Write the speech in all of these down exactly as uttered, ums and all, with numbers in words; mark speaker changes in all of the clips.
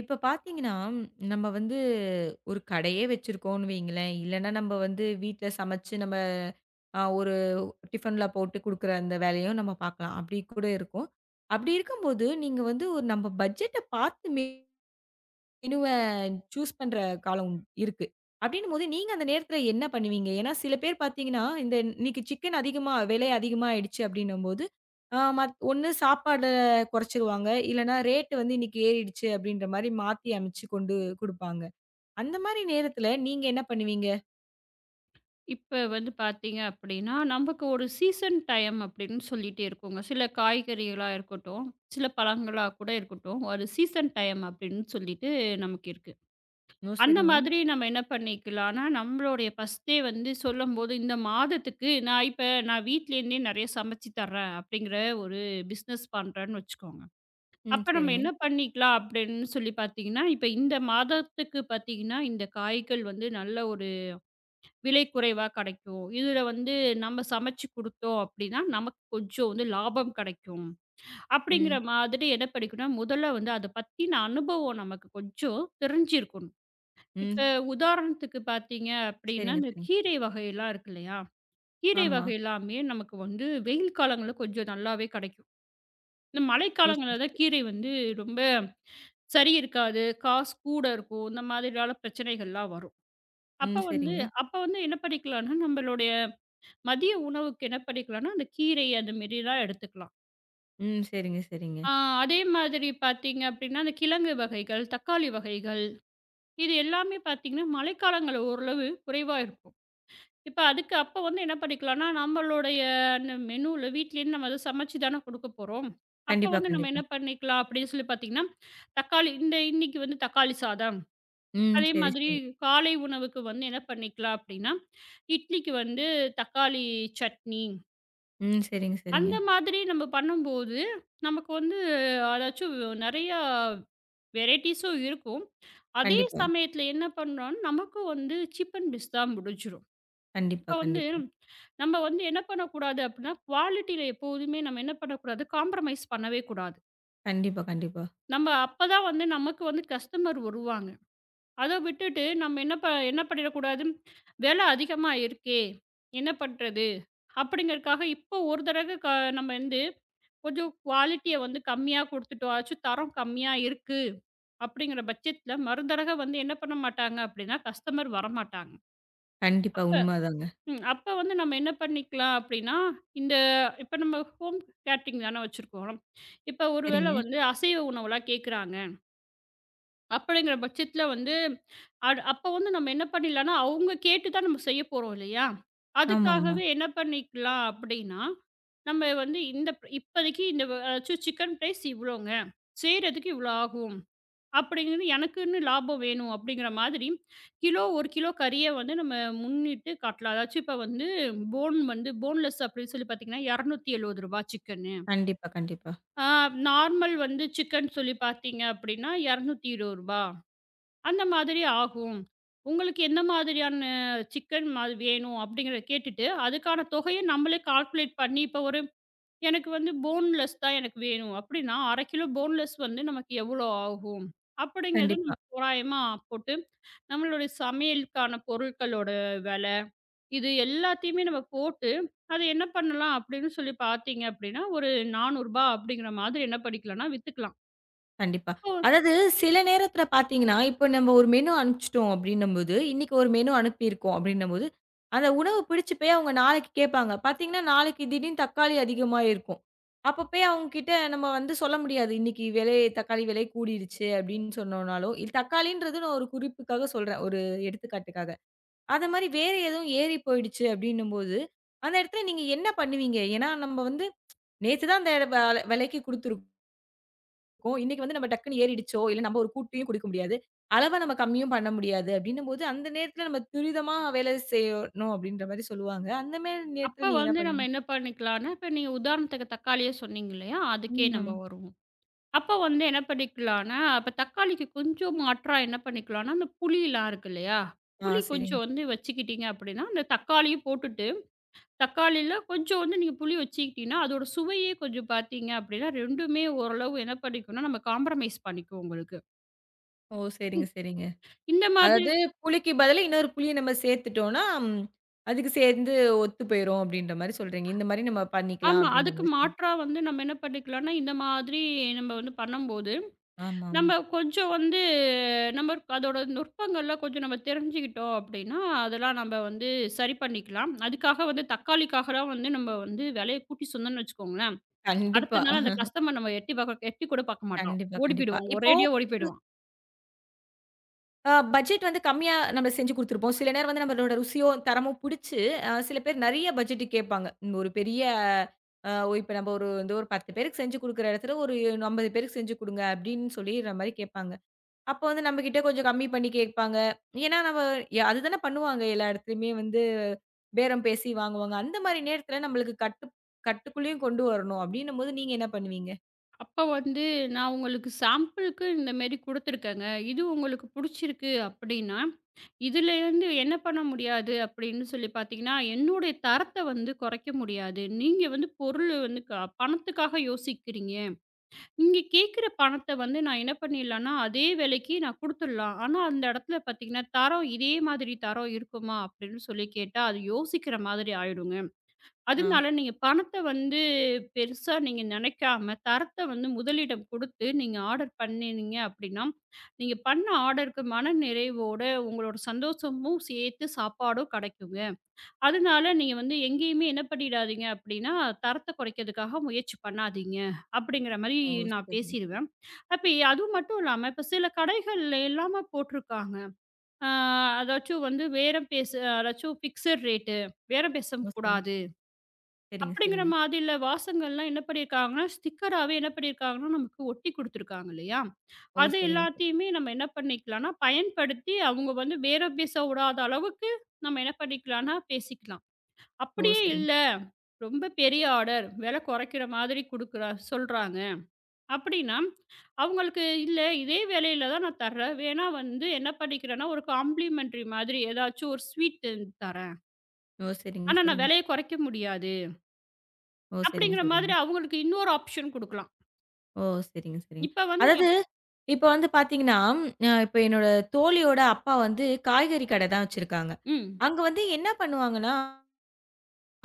Speaker 1: இப்ப பார்த்தீங்கன்னா, நம்ம வந்து ஒரு கடையே வச்சிருக்கோம்னு வையுங்களேன், இல்லன்னா நம்ம வந்து வீட்ல சமைச்சு நம்ம அ ஒரு டிஃபன்ல போட்டு குடுக்குற அந்த வேலையும் நம்ம பார்க்கலாம். அப்படி கூட இருக்கும். அப்படி இருக்கும்போது, நீங்க வந்து ஒரு நம்ம பட்ஜெட்ட பார்த்துமே மெனுவ சூஸ் பண்ற காலம் இருக்கு. அப்டின்னும்போது நீங்க அந்த நேரத்துல என்ன பண்ணுவீங்க? ஏன்னா சில பேர் பார்த்தீங்கன்னா, இந்த இன்னைக்கு சிக்கன் அதிகமா விலை அதிகமாயிடுச்சு அப்டின்னும்போது, ஆ மத் ஒண்ணு சாப்பாட குறைச்சிருவாங்க. இல்லன்னா ரேட் வந்து இன்னைக்கு ஏறிடுச்சு அப்டின்ற மாரி மாத்தி அமைச்சு கொண்டு குடுப்பாங்க. அந்த மாரி நேரத்துல நீங்க என்ன பண்ணுவீங்க?
Speaker 2: இப்ப வந்து பார்த்தீங்க அப்படின்னா, நமக்கு ஒரு சீசன் டைம் அப்படின்னு சொல்லிட்டே இருக்குங்க. சில காய்கறிகளா இருக்கட்டும், சில பழங்களா கூட இருக்கட்டும், ஒரு சீசன் டைம் அப்படின்னு சொல்லிட்டு நமக்கு இருக்கு.
Speaker 1: ஓ!
Speaker 2: அந்த
Speaker 1: சரிங்க.
Speaker 2: மாதிரி நம்ம என்ன பண்ணிக்கலாம்னா, நம்மளுடைய ஃபர்ஸ்ட்டே வந்து சொல்லும்போது, இந்த மாதத்துக்கு நான் இப்ப நான் வீட்லேருந்தே நெறைய சமைச்சு தர்றேன் அப்படிங்கிற ஒரு பிஸ்னஸ் பண்றேன்னு வச்சுக்கோங்க.
Speaker 1: ம்.
Speaker 2: அப்ப நம்ம
Speaker 1: சரிங்க.
Speaker 2: என்ன பண்ணிக்கலாம் அப்படின்னு சொல்லி பார்த்தீங்கன்னா, இப்ப இந்த மாதத்துக்கு பார்த்தீங்கன்னா, இந்த காய்கள் வந்து நல்ல ஒரு விலை குறைவா கிடைக்கும். இதுல வந்து நம்ம சமைச்சு குடுத்தோம் அப்படின்னா, நமக்கு கொஞ்சம் வந்து லாபம் கிடைக்கும். அப்படிங்கிற
Speaker 1: ம்.
Speaker 2: மாதிரி என்ன படிக்கணும்னா, முதல்ல வந்து அத பத்தின அனுபவம் நமக்கு கொஞ்சம் தெரிஞ்சிருக்கணும். இப்ப
Speaker 1: ம்.
Speaker 2: உதாரணத்துக்கு பார்த்தீங்க அப்படின்னா,
Speaker 1: சரிங்க,
Speaker 2: இந்த
Speaker 1: சரிங்க.
Speaker 2: கீரை வகையெல்லாம் இருக்கு இல்லையா? கீரை
Speaker 1: ஆமா.
Speaker 2: வகை எல்லாமே நமக்கு வந்து வெயில் காலங்கள்ல கொஞ்சம் நல்லாவே கிடைக்கும். இந்த
Speaker 1: ஓ!
Speaker 2: மழைக்காலங்கள்ல
Speaker 1: சரி,
Speaker 2: தான்
Speaker 1: சரி.
Speaker 2: கீரை வந்து ரொம்ப சரி இருக்காது. காசு கூட இருக்கும். இந்த மாதிரியான பிரச்சனைகள்லாம் வரும்.
Speaker 1: ம்.
Speaker 2: அப்ப வந்து
Speaker 1: சரிங்க.
Speaker 2: அப்ப வந்து என்ன பண்ணிக்கலாம்னா, நம்மளுடைய மதிய உணவுக்கு என்ன பண்ணிக்கலாம்னா, அந்த கீரை அந்த மாரிலாம் எடுத்துக்கலாம்.
Speaker 1: ம். சரிங்க, சரிங்க.
Speaker 2: ஆ அதே மாதிரி பார்த்தீங்க அப்படின்னா, அந்த கிழங்கு வகைகள், தக்காளி வகைகள் இது எல்லாமே பார்த்தீங்கன்னா, மழைக்காலங்கள்ல ஓரளவு குறைவா இருக்கும். இப்ப அதுக்கு அப்ப வந்து என்ன பண்ணிக்கலாம்னா, நம்மளுடைய அந்த மெனுல வீட்லயே நம்ம அத சமைச்சு தானே குடுக்க போறோம். அப்ப
Speaker 1: கண்டிப்பா,
Speaker 2: வந்து நம்ம
Speaker 1: கண்டிப்பா.
Speaker 2: என்ன பண்ணிக்கலாம் அப்படின்னு சொல்லி பார்த்தீங்கன்னா, தக்காளி இந்த இன்னைக்கு வந்து தக்காளி சாதம்.
Speaker 1: ம்.
Speaker 2: அதே
Speaker 1: சரி,
Speaker 2: மாதிரி
Speaker 1: சரி.
Speaker 2: காலை உணவுக்கு வந்து என்ன பண்ணிக்கலாம் அப்படின்னா, இட்லிக்கு வந்து தக்காளி சட்னி.
Speaker 1: ம். சரிங்க, சரிங்க.
Speaker 2: அந்த மாதிரி நம்ம பண்ணும்போது, நமக்கு வந்து அதாச்சும் நெறையா வெரைட்டீஸும் இருக்கும். அதே
Speaker 1: கண்டிப்பா.
Speaker 2: சமயத்தில என்ன பண்றோம்னா, நமக்கும் வந்து சீப் அண்ட் பெஸ்ட் தான் முடிஞ்சிரும்.
Speaker 1: கண்டிப்பா,
Speaker 2: இப்ப வந்து
Speaker 1: கண்டிப்பா.
Speaker 2: நம்ம வந்து என்ன பண்ணக்கூடாது அப்டின்னா, குவாலிட்டில எப்போதுமே நம்ம என்ன பண்ணக்கூடாது, காம்ப்ரமைஸ் பண்ணவே கூடாது.
Speaker 1: கண்டிப்பா, கண்டிப்பா.
Speaker 2: நம்ம அப்பதான் வந்து நமக்கு வந்து கஸ்டமர் வருவாங்க. அத விட்டுட்டு நம்ம என்ன ப என்ன பண்ணிடக்கூடாது, "வெல அதிகமா இருக்கே, என்ன பண்றது?" அப்டிங்கிறதுக்காக இப்போ ஒரு தடவ க நம்ம வந்து கொஞ்சம் குவாலிட்டிய வந்து கம்மியா குடுத்துட்டோச்சும் தரம் கம்மியா இருக்கு. அப்படிங்கிற பட்சத்தில மறுதடவை வந்து என்ன பண்ண மாட்டாங்க அப்படின்னா, கஸ்டமர் வரமாட்டாங்க.
Speaker 1: கண்டிப்பா
Speaker 2: அப்ப
Speaker 1: உண்மதாங்க.
Speaker 2: ம். அப்ப வந்து நம்ம என்ன பண்ணிக்கலாம் அப்படின்னா, இந்த இப்ப நம்ம ஹோம் கேட்டரிங் தானே வச்சிருக்கோம். இப்ப ஒரு வேளை
Speaker 1: சரிங்க.
Speaker 2: வந்து அசைவ உணவுலாம் கேட்குறாங்க. அப்படிங்கிற பட்சத்தில வந்து, அடு அப்போ வந்து நம்ம என்ன பண்ணிடலாம்னா, அவங்க கேட்டு தான் நம்ம செய்ய போறோம் இல்லையா?
Speaker 1: ஆமா, ஆமா.
Speaker 2: அதுக்காகவே என்ன பண்ணிக்கலாம் அப்படின்னா, நம்ம வந்து இந்த ப- இப்போதைக்கு இந்த அதாச்சும் சிக்கன் ரைஸ் இவ்வளோங்க. செய்றதுக்கு இவ்வளோ ஆகும். அப்படிங்கிறது எனக்குன்னு லாபம் வேணும் அப்படிங்கிற மாதிரி, கிலோ ஒரு கிலோ கறிய வந்து நம்ம முன்னிட்டு காட்டலாம். அதாச்சும் இப்போ வந்து போன் வந்து போன்லெஸ் அப்படின்னு சொல்லி பார்த்தீங்கன்னா, ரூ. இருநூற்று எழுபது சிக்கனு.
Speaker 1: கண்டிப்பா, கண்டிப்பா.
Speaker 2: ஆ நார்மல் வந்து சிக்கன் சொல்லி பார்த்தீங்க அப்படின்னா, ரூ. இருநூற்று இருபது அந்த மாதிரி ஆகும். உங்களுக்கு என்ன மாதிரியான சிக்கன் மாரி வேணும் அப்படிங்கிறத கேட்டுட்டு, அதுக்கான தொகைய நம்மளே கால்குலேட் பண்ணி, இப்போ ஒரு எனக்கு வந்து போன்லெஸ் தான் எனக்கு வேணும் அப்படின்னா, அரை கிலோ போன்லெஸ் வந்து நமக்கு எவ்வளோ ஆகும்? அப்படிங்கிறது
Speaker 1: கண்டிப்பா,
Speaker 2: நம்ம தோராயமா போட்டு, நம்மளுடைய சமையலுக்கான பொருட்களோட வில, இது எல்லாத்தையுமே நம்ம போட்டு, அத என்ன பண்ணலாம் அப்படின்னு சொல்லி பார்த்தீங்க அப்படின்னா, ஒரு ரூ. நானூறு அப்படிங்கிற மாதிரி என்ன பண்ணிக்கலாம்னா வித்துக்கலாம்.
Speaker 1: கண்டிப்பா.
Speaker 2: அப்போ
Speaker 1: அதாவது சில நேரத்தில பார்த்தீங்கன்னா, இப்போ நம்ம ஒரு மெனு அனுப்பிச்சுட்டோம் அப்படின்னும்போது, இன்னைக்கு ஒரு மெனு அனுப்பியிருக்கோம் அப்படின்னும்போது, அந்த உணவு பிடிச்சு போய் அவங்க நாளைக்கு கேட்பாங்க. பார்த்தீங்கன்னா, நாளைக்கு திடீர்னு தக்காளி அதிகமா இருக்கும். அப்ப போய் அவங்க கிட்ட நம்ம வந்து சொல்ல முடியாது. இன்னைக்கு விலை தக்காளி விலை கூடிருச்சு அப்படின்னு சொன்னோம்னாலும், இது தக்காளின்றது நான் ஒரு குறிப்புக்காக சொல்றேன். ஒரு எடுத்துக்காட்டுக்காக. அத மாரி வேற எதுவும் ஏறி போயிடுச்சு அப்படின்னும்போது, அந்த இடத்துல நீங்க என்ன பண்ணுவீங்க? ஏன்னா நம்ம வந்து நேத்து தான் அந்த வ விலைக்கு குடுத்துருக்கோம். இன்னைக்கு வந்து நம்ம டக்குன்னு ஏறிடுச்சோ, இல்ல நம்ம ஒரு கூட்டயும் குடுக்க முடியாது. அளவா நம்ம கம்மியும் பண்ண முடியாது அப்படின்னும்போது, அந்த நேரத்துல நம்ம துரிதமா வேலை செய்யணும் அப்படின்ற மாரி சொல்லுவாங்க. அந்த மாரி நேரத்துல
Speaker 2: அப்ப
Speaker 1: நீங்க என்ன
Speaker 2: வந்து நம்ம
Speaker 1: பண்ணுவீங்க?
Speaker 2: என்ன பண்ணிக்கலான்னா, இப்ப நீங்க உதாரணத்துக்கு தக்காளியே சொன்னீங்க இல்லையா? அதுக்கே
Speaker 1: ம்.
Speaker 2: நம்ம
Speaker 1: ஆமா.
Speaker 2: வருவோம். அப்ப வந்து என்ன பண்ணிக்கலான்னா, அப்ப தக்காளிக்கு கொஞ்சம் மாற்றா என்ன பண்ணிக்கலான்னா, அந்த புளிலாம் இருக்கு இல்லையா?
Speaker 1: ஆ
Speaker 2: புளி
Speaker 1: சரிங்க.
Speaker 2: கொஞ்சம் வந்து வச்சுக்கிட்டீங்க அப்படின்னா, அந்த தக்காளியும் போட்டுட்டு, தக்காளில கொஞ்சம் வந்து நீங்க புளி வச்சுக்கிட்டீங்கன்னா, அதோட சுவையே கொஞ்சம் பார்த்தீங்க அப்படின்னா, 2மே ஓரளவு என்ன பண்ணிக்கணும்னா, நம்ம காம்ப்ரமைஸ் பண்ணிக்குவோம் உங்களுக்கு.
Speaker 1: ஓ! சரிங்க, சரிங்க.
Speaker 2: இந்த மாதிரி
Speaker 1: அதாவது புளிக்கு பதிலா இன்னொரு புளிய நம்ம சேர்த்துட்டோம்னா, ம் அதுக்கு சேர்ந்து ஒத்து போயிரும் அப்படின்ற மாரி சொல்றீங்க. இந்த மாரி நம்ம பண்ணிக்கலாம்
Speaker 2: ஆமா.
Speaker 1: அப்படின்ற
Speaker 2: அதுக்கு
Speaker 1: மாரி சொல்றீங்க.
Speaker 2: மாற்றா வந்து நம்ம என்ன பண்ணிக்கலான்னா, இந்த மாதிரி நம்ம வந்து பண்ணும்போது
Speaker 1: ஆமாமா.
Speaker 2: நம்ம கொஞ்சம் வந்து நம்ம அதோட நுட்பங்கள்லாம் கொஞ்சம் நம்ம தெரிஞ்சுக்கிட்டோம் அப்படின்னா, அதெல்லாம் நம்ம வந்து சரி பண்ணிக்கலாம். அதுக்காக வந்து தக்காளிக்காகலாம் வந்து நம்ம வந்து விலைய கூட்டி சொன்னோம்னு வச்சுக்கோங்களேன்,
Speaker 1: கண்டிப்பா.
Speaker 2: அடுத்த நாள் அந்த
Speaker 1: அஹ.
Speaker 2: கஸ்டமர் நம்ம எட்டி பார்க்க எட்டி கூட பார்க்க மாட்டான்.
Speaker 1: கண்டிப்பா,
Speaker 2: ஓடி
Speaker 1: கண்டிப்பா.
Speaker 2: போயிடுவான்.
Speaker 1: இப்போ
Speaker 2: ஒரேடியா ஓடி போயிடுவான்.
Speaker 1: அ பட்ஜெட் வந்து கம்மியா நம்ம செஞ்சு குடுத்துருப்போம். சில நேரம் வந்து நம்மளோட ருசியோ, தரமோ பிடிச்சு, அ சில பேர் நெறைய பட்ஜெட் கேட்பாங்க. ஒரு பெரிய அ இப்ப நம்ம ஒரு இந்த ஒரு பத்து பேருக்கு செஞ்சு குடுக்குற இடத்துல ஒரு ஐம்பது பேருக்கு செஞ்சு குடுங்க அப்படின்னு சொல்லிற மாரி கேட்பாங்க. அப்போ வந்து நம்மகிட்ட கொஞ்சம் கம்மி பண்ணி கேட்பாங்க. ஏன்னா நம்ம அதுதானே பண்ணுவாங்க எல்லா இடத்துலயுமே வந்து பேரம் பேசி வாங்குவாங்க. அந்த மாரி நேரத்துல நம்மளுக்கு கட்டு கட்டுக்குள்ளேயும் கொண்டு வரணும் அப்படின்னும்போது நீங்க என்ன பண்ணுவீங்க?
Speaker 2: அப்ப வந்து நான் உங்களுக்கு சாம்பிளுக்கு இந்த மாரி குடுத்துருக்கேங்க. இது உங்களுக்கு புடிச்சிருக்கு அப்படின்னா, இதுலேருந்து என்ன பண்ண முடியாது அப்படின்னு சொல்லி பார்த்தீங்கன்னா, என்னுடைய தரத்த வந்து குறைக்க முடியாது. நீங்க வந்து பொருள் வந்து க பணத்துக்காக யோசிக்கிறீங்க. இங்க கேட்குற பணத்த வந்து நான் என்ன பண்ணிடலான்னா, அதே வேலைக்கு நான் குடுத்துடலாம். ஆனா, அந்த இடத்துல பார்த்தீங்கன்னா, தரம் இதே மாதிரி தரம் இருக்குமா? அப்படின்னு சொல்லி கேட்டா, அது யோசிக்கிற மாதிரி ஆயிடுங்க.
Speaker 1: ஆ.
Speaker 2: அதனால நீங்க பணத்த வந்து பெருசா நீங்க நினைக்காம, தரத்த வந்து முதலிடம் குடுத்து நீங்க ஆர்டர் பண்ணினீங்க அப்படின்னா, நீங்க பண்ண ஆர்டருக்கு மன நிறைவோட உங்களோட சந்தோஷமும் சேர்த்து சாப்பாடும் கிடைக்குங்க. அதனால நீங்க வந்து எங்கேயுமே என்ன பண்ணிடாதீங்க அப்படின்னா, தரத்த குறைக்கிறதுக்காக முயற்சி பண்ணாதீங்க. அப்படிங்கிற மாரி
Speaker 1: ஓ!
Speaker 2: நான்
Speaker 1: சரிங்க.
Speaker 2: பேசிருவேன். அப்ப அதுவும் மட்டும் இல்லாம, இப்ப சில கடைகள்ல எல்லாமே போட்டிருக்காங்க. ஆ அதாச்சும் வந்து பேரம் பேச அதாச்சும் ஃபிக்ஸட் ரேட்டு, பேரம்
Speaker 1: ஓ! சரிங்க.
Speaker 2: பேசக்கூடாது.
Speaker 1: சரிங்க,
Speaker 2: அப்படிங்கிற
Speaker 1: சரிங்க.
Speaker 2: மாதிரில வாசங்கள்லாம் என்ன பண்ணியிருக்காங்கன்னா, ஸ்டிக்கராவே என்ன பண்ணியிருக்காங்கன்னா, நமக்கு ஒட்டி குடுத்துருக்காங்க இல்லையா?
Speaker 1: ஓ!
Speaker 2: அது
Speaker 1: சரிங்க சார்.
Speaker 2: எல்லாத்தையுமே நம்ம என்ன பண்ணிக்கலாம்னா, பயன்படுத்தி அவங்க வந்து பேரம் பேச விடாத அளவுக்கு நம்ம என்ன பண்ணிக்கலாம்னா பேசிக்கலாம்.
Speaker 1: ஓ!
Speaker 2: அப்படியே
Speaker 1: சரிங்க.
Speaker 2: இல்ல, ரொம்ப பெரிய ஆர்டர், விலை குறைக்கிற மாதிரி குடுக்குறா சொல்றாங்க அப்படின்னா, அவங்களுக்கு இல்ல இதே விலையில தான் நான் தர்றேன். வேணா வந்து என்ன பண்ணிக்கிறேன்னா, ஒரு காம்ப்ளிமென்டரி மாதிரி ஏதாச்சும் ஒரு ஸ்வீட் செஞ்சு தரேன்.
Speaker 1: ஓ! சரிங்க,
Speaker 2: ஆனா நான்
Speaker 1: சரிங்க.
Speaker 2: விலைய குறைக்க முடியாது.
Speaker 1: ஓ! சரிங்க,
Speaker 2: அப்படிங்கிற
Speaker 1: சரிங்க.
Speaker 2: மாதிரி அவங்களுக்கு இன்னொரு ஆப்ஷன் குடுக்கலாம்.
Speaker 1: ஓ! சரிங்க, சரிங்க.
Speaker 2: இப்ப வந்து
Speaker 1: அதாவது இப்ப வந்து பார்த்தீங்கன்னா, அ இப்ப என்னோட தோழியோட அப்பா வந்து காய்கறி கடை தான் வச்சிருக்காங்க.
Speaker 2: ம்.
Speaker 1: அங்க வந்து என்ன பண்ணுவாங்கன்னா,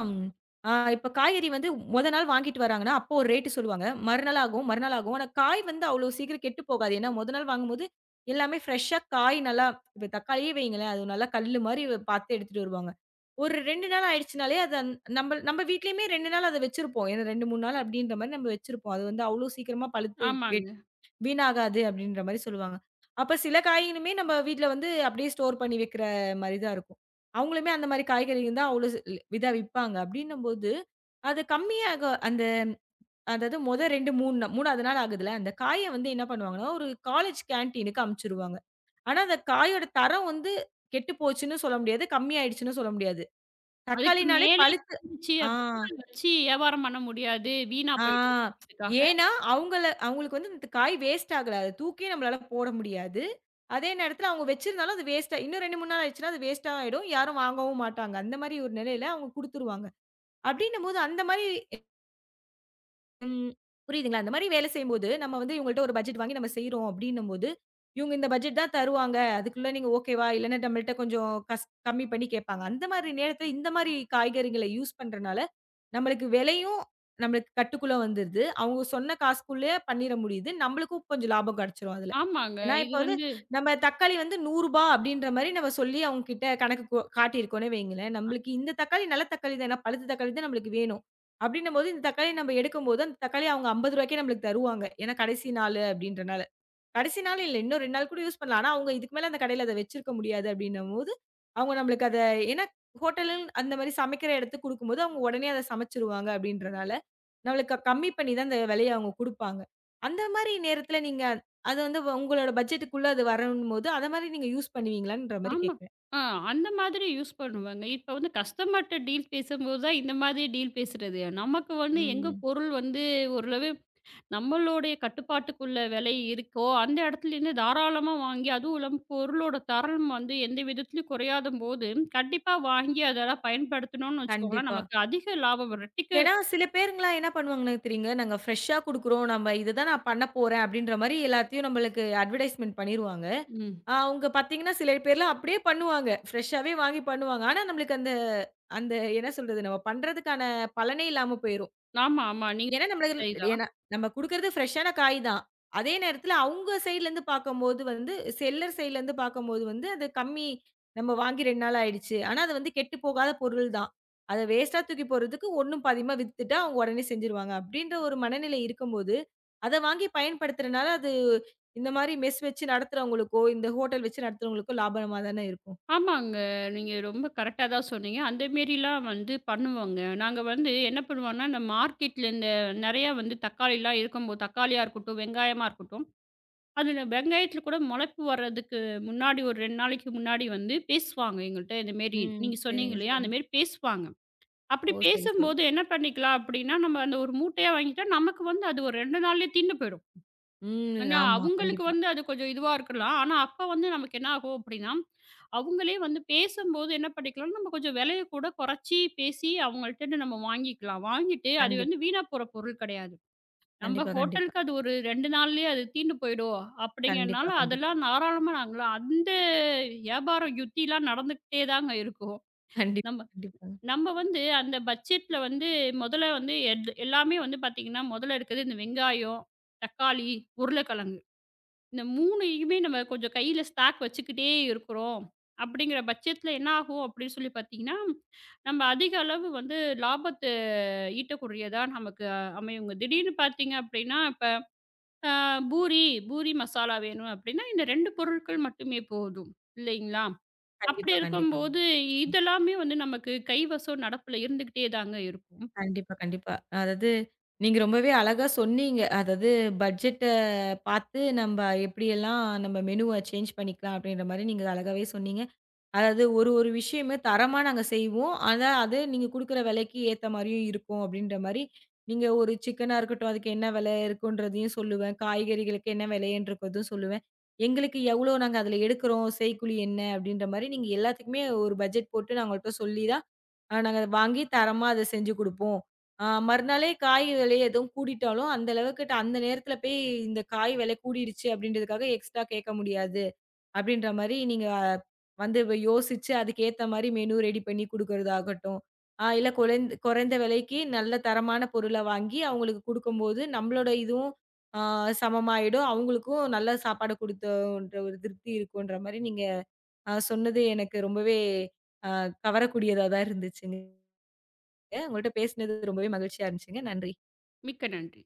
Speaker 1: ம் அ இப்ப காய்கறி வந்து மொத நாள் வாங்கிட்டு வராங்கன்னா, அப்போ ஒரு ரேட் சொல்லுவாங்க. மறுநாள் ஆகும், மறுநாள் ஆகும். ஆனா காய் வந்து அவ்வளோ சீக்கிரம் கெட்டு போகாது. ஏன்னா மொத நாள் வாங்கும்போது எல்லாமே ஃப்ரெஷ்ஷா காய் நல்லா இப்ப தக்காளியே வையுங்களேன், அது நல்லா கல்லு மாரி பார்த்து எடுத்துட்டு வருவாங்க. ஒரு ரெண்டு நாள் ஆயிடுச்சுனாலே அது அந் நம்ம நம்ம வீட்லயுமே ரெண்டு நாள் அத வச்சிருப்போம். ஏன்னா ரெண்டு, மூணு நாள் அப்டின்ற மாரி நம்ம வச்சிருப்போம். அது வந்து அவ்ளோ சீக்கிரமா பழுத்து
Speaker 2: ஆமாங்க.
Speaker 1: வெட் வீணாகாது அப்டின்ற மாரி சொல்லுவாங்க. அப்ப சில காய்களுமே நம்ம வீட்ல வந்து அப்டியே ஸ்டோர் பண்ணி வைக்கிற மாரி தான் இருக்கும். அவங்களுமே அந்த மாரி காய்கறிகள் தான் அவ்ளோ ஸ் இதா விப்பாங்க. அப்டின்னும்போது, அது கம்மியாக அந்த அதாவது மொத ரெண்டு, மூணு நா 3வது நாள் ஆகுதுல்ல, அந்த காய வந்து என்ன பண்ணுவாங்கன்னா, ஒரு காலேஜ் கேன்டீனுக்கு அனுப்பிச்சுருவாங்க. ஆனா அந்த காயோட தரம் வந்து கெட்டு போச்சுன்னு சொல்ல முடியாது. கம்மியாயிடுச்சுன்னு சொல்ல முடியாது.
Speaker 2: அதுக்கு
Speaker 1: தக்காளினாலே
Speaker 2: மேலே
Speaker 1: பழுத்து
Speaker 2: இருந்துச்சு
Speaker 1: ஆ,
Speaker 2: அப்படின்னா, அத வச்சு வியாபாரம் பண்ண முடியாது. வீணா
Speaker 1: ஆ.
Speaker 2: போயிடும் அப்படிங்கிறதுக்காக
Speaker 1: ஏன்னா, அவங்கள அவங்களுக்கு வந்து இந்த காய் வேஸ்ட் ஆகல. அத தூக்கியே நம்மளால போட முடியாது. அதே நேரத்தில அவங்க வச்சிருந்தாலும் அது வேஸ்ட்டா இன்னும் ரெண்டு, மூணு நாள் ஆயிடுச்சுன்னா, அது வேஸ்ட்டா ஆயிடும். யாரும் வாங்கவும் மாட்டாங்க. அந்த மாரி ஒரு நிலையில அவங்க குடுத்துருவாங்க. அப்டின்னும்போது அந்த மாரி ம். புரியுதுங்களா? அந்த மாரி வேலை செய்யும்போது, நம்ம வந்து இவங்கள்ட்ட ஒரு பட்ஜெட் வாங்கி நம்ம செய்றோம் அப்டின்னும்போது, இவங்க இந்த பட்ஜெட் தான் தருவாங்க. அதுக்குள்ள நீங்க ஓகேவா? இல்லன்னா நம்மள்ட்ட கொஞ்சம் கஸ் கம்மி பண்ணி கேட்பாங்க. அந்த மாரி நேரத்துல இந்த மாரி காய்கறிகள யூஸ் பண்றனால, நம்மளுக்கு விலையும் நம்மளுக்கு கட்டுக்குள்ள வந்துருது. அவங்க சொன்ன காசுக்குள்ளயே பண்ணிற முடியுது. நம்மளுக்கும் கொஞ்சம் லாபம் கிடைச்சிரும் அதுல.
Speaker 2: ஆமாங்க.
Speaker 1: ஏன்னா இப்ப
Speaker 2: இது
Speaker 1: வந்து
Speaker 2: வந்து
Speaker 1: நம்ம தக்காளி வந்து ரூ. நூறு அப்டின்ற மாரி நம்ம சொல்லி அவங்க கிட்ட கணக்கு கொ காட்டியிருக்கோம்னே வைங்களேன். நம்மளுக்கு இந்த தக்காளி நல்ல தக்காளி தான, பழுத்த தக்காளி தான் நம்மளுக்கு வேணும். அப்படின்னும்போது, இந்த தக்காளிய நம்ம எடுக்கும்போது, அந்த தக்காளிய அவங்க ரூ. 50க்கே நம்மளுக்கு தருவாங்க. ஏன்னா கடைசி நாளு அப்படின்றனால. கடைசி நாள் இல்ல. இன்னும் இரண்டு நாள் கூட யூஸ் பண்ணலாம். ஆனா, அவங்க இதுக்கு மேல அந்த கடையில அத வச்சிருக்க முடியாது அப்படின்னும்போது, அவங்க நம்மளுக்கு அத ஏன்னா ஹோட்டலுன்னு அந்த மாரி சமைக்கிற இடத்துக்கு குடுக்கும்போது, அவங்க உடனே அத சமைச்சுருவாங்க அப்படின்றனால, நம்மளுக்கு க- கம்மி பண்ணி தான் அந்த விலைய அவங்க குடுப்பாங்க. அந்த மாரி நேரத்துல நீங்க அது வந்து வ- உங்களோட பட்ஜெட்டுக்குள்ள அது வரணும்போது, அத மாரி நீங்க யூஸ் பண்ணுவீங்களான்ற மாரி
Speaker 2: ஆமா.
Speaker 1: கேட்கிறேன்.
Speaker 2: ஆ அந்த மாதிரி யூஸ் பண்ணுவேங்க. இப்ப வந்து கஸ்டமர்ட்ட டீல் பேசும்போது தான் இந்த மாதிரி டீல் பேசுறது. நமக்கு வந்து எங்க
Speaker 1: ம்.
Speaker 2: பொருள் வந்து ஓரளவு நம்மளுடைய கட்டுப்பாட்டுக்குள்ள விலை இருக்கோ, அந்த இடத்துலேருந்து தாராளமா வாங்கி அதுவும் இல்லாம பொருளோட தரம் வந்து எந்த விதத்திலும் குறையாதம்போது, கண்டிப்பா வாங்கி அதெல்லாம் பயன்படுத்தணும்னு வச்சுக்கோங்களேன்,
Speaker 1: கண்டிப்பா.
Speaker 2: நமக்கு அதிக லாபம் ரெட்டிக்கு
Speaker 1: ஏன்னா, சில பேருங்கலாம் என்ன பண்ணுவாங்கன்னு தெரியுங்க, நாங்க ஃப்ரெஷ்ஷா குடுக்குறோம். நம்ம இதுதான் நான் பண்ண போறேன் அப்படின்ற மாரி எல்லாத்தையும் நம்மளுக்கு அட்வர்டைஸ்மென்ட் பண்ணிருவாங்க.
Speaker 2: ம்.
Speaker 1: ஆஹ் அவங்க பார்த்தீங்கன்னா, சில பேர்லாம் அப்படியே பண்ணுவாங்க. ஃப்ரெஷ்ஷாவே வாங்கி பண்ணுவாங்க. ஆனா, நம்மளுக்கு அந்த அந்த என்ன சொல்றது, நம்ம பண்றதுக்கான பலனே இல்லாம போயிரும்.
Speaker 2: ஆமா, ஆமா. நீங்க
Speaker 1: ஏன்னா நம்மள ஏன்னா நம்ம குடுக்குறது ஃப்ரெஷ்ஷான காய் தான். அதே நேரத்துல அவுங்க சைட்லருந்து பார்க்கும்போது வந்து செல்லர் சைட்லருந்து பார்க்கும்போது வந்து அது கம்மி நம்ம வாங்கி ரெண்டு நாள் ஆயிடுச்சு. ஆனா அது வந்து கெட்டு போகாத பொருள் தான். அத வேஸ்ட்டா தூக்கி போடுறதுக்கு ஒண்ணும் பாதியுமா வித்துட்டா அவங்க உடனே செஞ்சுருவாங்க. அப்படின்ற ஒரு மனநிலை இருக்கும்போது, அத வாங்கி பயன்படுத்துறனால அது இந்த மாரி மெஸ் வச்சு நடத்துறவங்களுக்கோ, இந்த ஹோட்டல் வச்சு நடத்துறவங்களுக்கோ லாபமா தானே இருக்கும்.
Speaker 2: ஆமாங்க. நீங்க ரொம்ப கரெக்ட்டா தான் சொன்னீங்க. அந்த மேரிலாம் வந்து பண்ணுவோங்க. நாங்க வந்து என்ன பண்ணுவோம்னா, இந்த மார்க்கெட்ல இந்த நெறையா வந்து தக்காளிலாம் இருக்கும்போது தக்காளியா இருக்கட்டும், வெங்காயமா இருக்கட்டும், அதுல வெங்காயத்துல கூட மொளப்பு வர்றதுக்கு முன்னாடி ஒரு ரெண்டு நாளைக்கு முன்னாடி வந்து பேசுவாங்க எங்கள்ட்ட. இந்த மேரி
Speaker 1: ம்.
Speaker 2: நீங்க சொன்னீங்க
Speaker 1: சரிங்க,
Speaker 2: இல்லையா?
Speaker 1: சரி.
Speaker 2: அந்த மேரி பேசுவாங்க. அப்படி
Speaker 1: ஓ! சரி, சரி.
Speaker 2: பேசும்போது என்ன பண்ணிக்கலாம் அப்படின்னா, நம்ம அந்த ஒரு மூட்டையா வாங்கிட்டா நமக்கு வந்து அது ஒரு ரெண்டு நாள்லயே தீர்ந்து போயிடும்.
Speaker 1: ம்.
Speaker 2: ஆனா,
Speaker 1: ஆமா.
Speaker 2: அவங்களுக்கு
Speaker 1: கண்டிப்பா.
Speaker 2: வந்து அது கொஞ்சம் இதுவா இருக்கலாம். ஆனா, அப்ப வந்து நமக்கு என்ன ஆகும் அப்படின்னா, அவங்களே வந்து பேசும்போது என்ன பண்ணிக்கலாம், நம்ம கொஞ்சம் விலைய கூட குறைச்சி பேசி அவங்கள்ட்டருந்து நம்ம வாங்கிக்கலாம். வாங்கிட்டு அது
Speaker 1: கண்டிப்
Speaker 2: வந்து வீணா போற பொருள் கிடையாது. நம்ம
Speaker 1: கண்டிப்பா, கண்டிப்பா.
Speaker 2: ஹோட்டலுக்கு அது ஒரு ரெண்டு நாள்லயே அது தீர்ந்து போயிடும் அப்படிங்கிறனால,
Speaker 1: கண்டிப்பா, கண்டிப்பா.
Speaker 2: அதெல்லாம் தாராளமா நாங்கலாம் அந்த வியாபாரம் யுத்திலாம் நடந்துக்கிட்டே தாங்க இருக்கும்.
Speaker 1: கண்டிப்பா,
Speaker 2: நம்ம
Speaker 1: கண்டிப்பாங்க.
Speaker 2: நம்ம வந்து அந்த பட்ஜெட்ல வந்து முதல்ல வந்து எல் எல்லாமே வந்து பார்த்தீங்கன்னா, முதல்ல இருக்கிறது இந்த வெங்காயம், தக்காளி, உருளைக்கிழங்கு. இந்த மூணு நம்ம கொஞ்சம் கையில ஸ்டாக் வச்சுக்கிட்டே இருக்கிறோம். அப்படிங்கிற பட்சத்தில என்ன ஆகும் அப்படின்னு சொல்லி பார்த்தீங்கன்னா, நம்ம அதிக அளவு வந்து லாபத்த ஈட்டக்கூடியதா நமக்கு அஹ், அமையுங்க. திடீர்னு பார்த்தீங்க அப்படின்னா, இப்ப அ பூரி பூரி மசாலா வேணும் அப்படின்னா, இந்த ரெண்டு பொருட்கள் மட்டுமே போதும் இல்லைங்களா? அப்படி
Speaker 1: கண்டிப்பா, கண்டிப்பாங்க.
Speaker 2: இருக்கும்போது
Speaker 1: ம்.
Speaker 2: இதெல்லாமே வந்து நமக்கு கைவசம் நடப்புல இருந்துகிட்டே தாங்க இருக்கும்.
Speaker 1: கண்டிப்பா, கண்டிப்பா. அதாவது நீங்க ரொம்பவே அழகா சொன்னீங்க. அதாவது பட்ஜெட்ட பார்த்து நம்ப எப்படியெல்லாம் நம்ம மெனுவ சேஞ்ச் பண்ணிக்கலாம் அப்படின்ற மாரி நீங்க அழகாவே சொன்னீங்க. அதாவது ஒரு ஒரு விஷயமே தரமா நாங்க செய்வோம். ஆனா, அது நீங்க குடுக்குற விலைக்கு ஏத்த மாரியும் இருக்கும் அப்டின்ற மாரி, நீங்க ஒரு சிக்கனா இருக்கட்டும், அதுக்கு என்ன விலை இருக்குன்றதையும் சொல்லுவேன். காய்கறிகளுக்கு என்ன விலைன்றதும் சொல்லுவேன். எங்களுக்கு எவ்ளோ நாங்க அதில எடுக்கிறோம், செய்கூலி என்ன அப்டின்ற மாரி நீங்க எல்லாத்துக்குமே ஒரு பட்ஜெட் போட்டு அவங்கள்ட்ட சொல்லி தான், அ நாங்க அத வாங்கி தரமா அத செஞ்சு குடுப்போம். அ மறுநாளே காய் விலை எதுவும் கூடிட்டாலும், அந்த அளவுக்கு ட- அந்த நேரத்தில போய் இந்த காய் விலை கூடிடுச்சு அப்டின்றதுக்காக எக்ஸ்ட்ரா கேட்க முடியாது. அப்படின்ற மாரி நீங்க அஹ், வந்து வ யோசிச்சு அதுக்கேத்த மாரி மெனு ரெடி பண்ணி குடுக்குறதாகட்டும். ஆ இல்ல குறைந் குறைந்த விலைக்கு நல்ல தரமான பொருள வாங்கி அவங்களுக்கு குடுக்கும்போது, நம்மளோட இதுவும் ஆ சமமாயிடும். அவங்களுக்கும் நல்ல சாப்பாடு குடுத்தோன்ற ஒரு திருப்தி இருக்குன்ற மாரி நீங்க அ சொன்னது எனக்கு ரொம்பவே அ கவரக்கூடியதா தான் இருந்துச்சுங்க. உங்கள்ட்ட பேசினது ரொம்பவே மகிழ்ச்சியா இருந்துச்சுங்க. நன்றி.
Speaker 2: மிக்க நன்றி.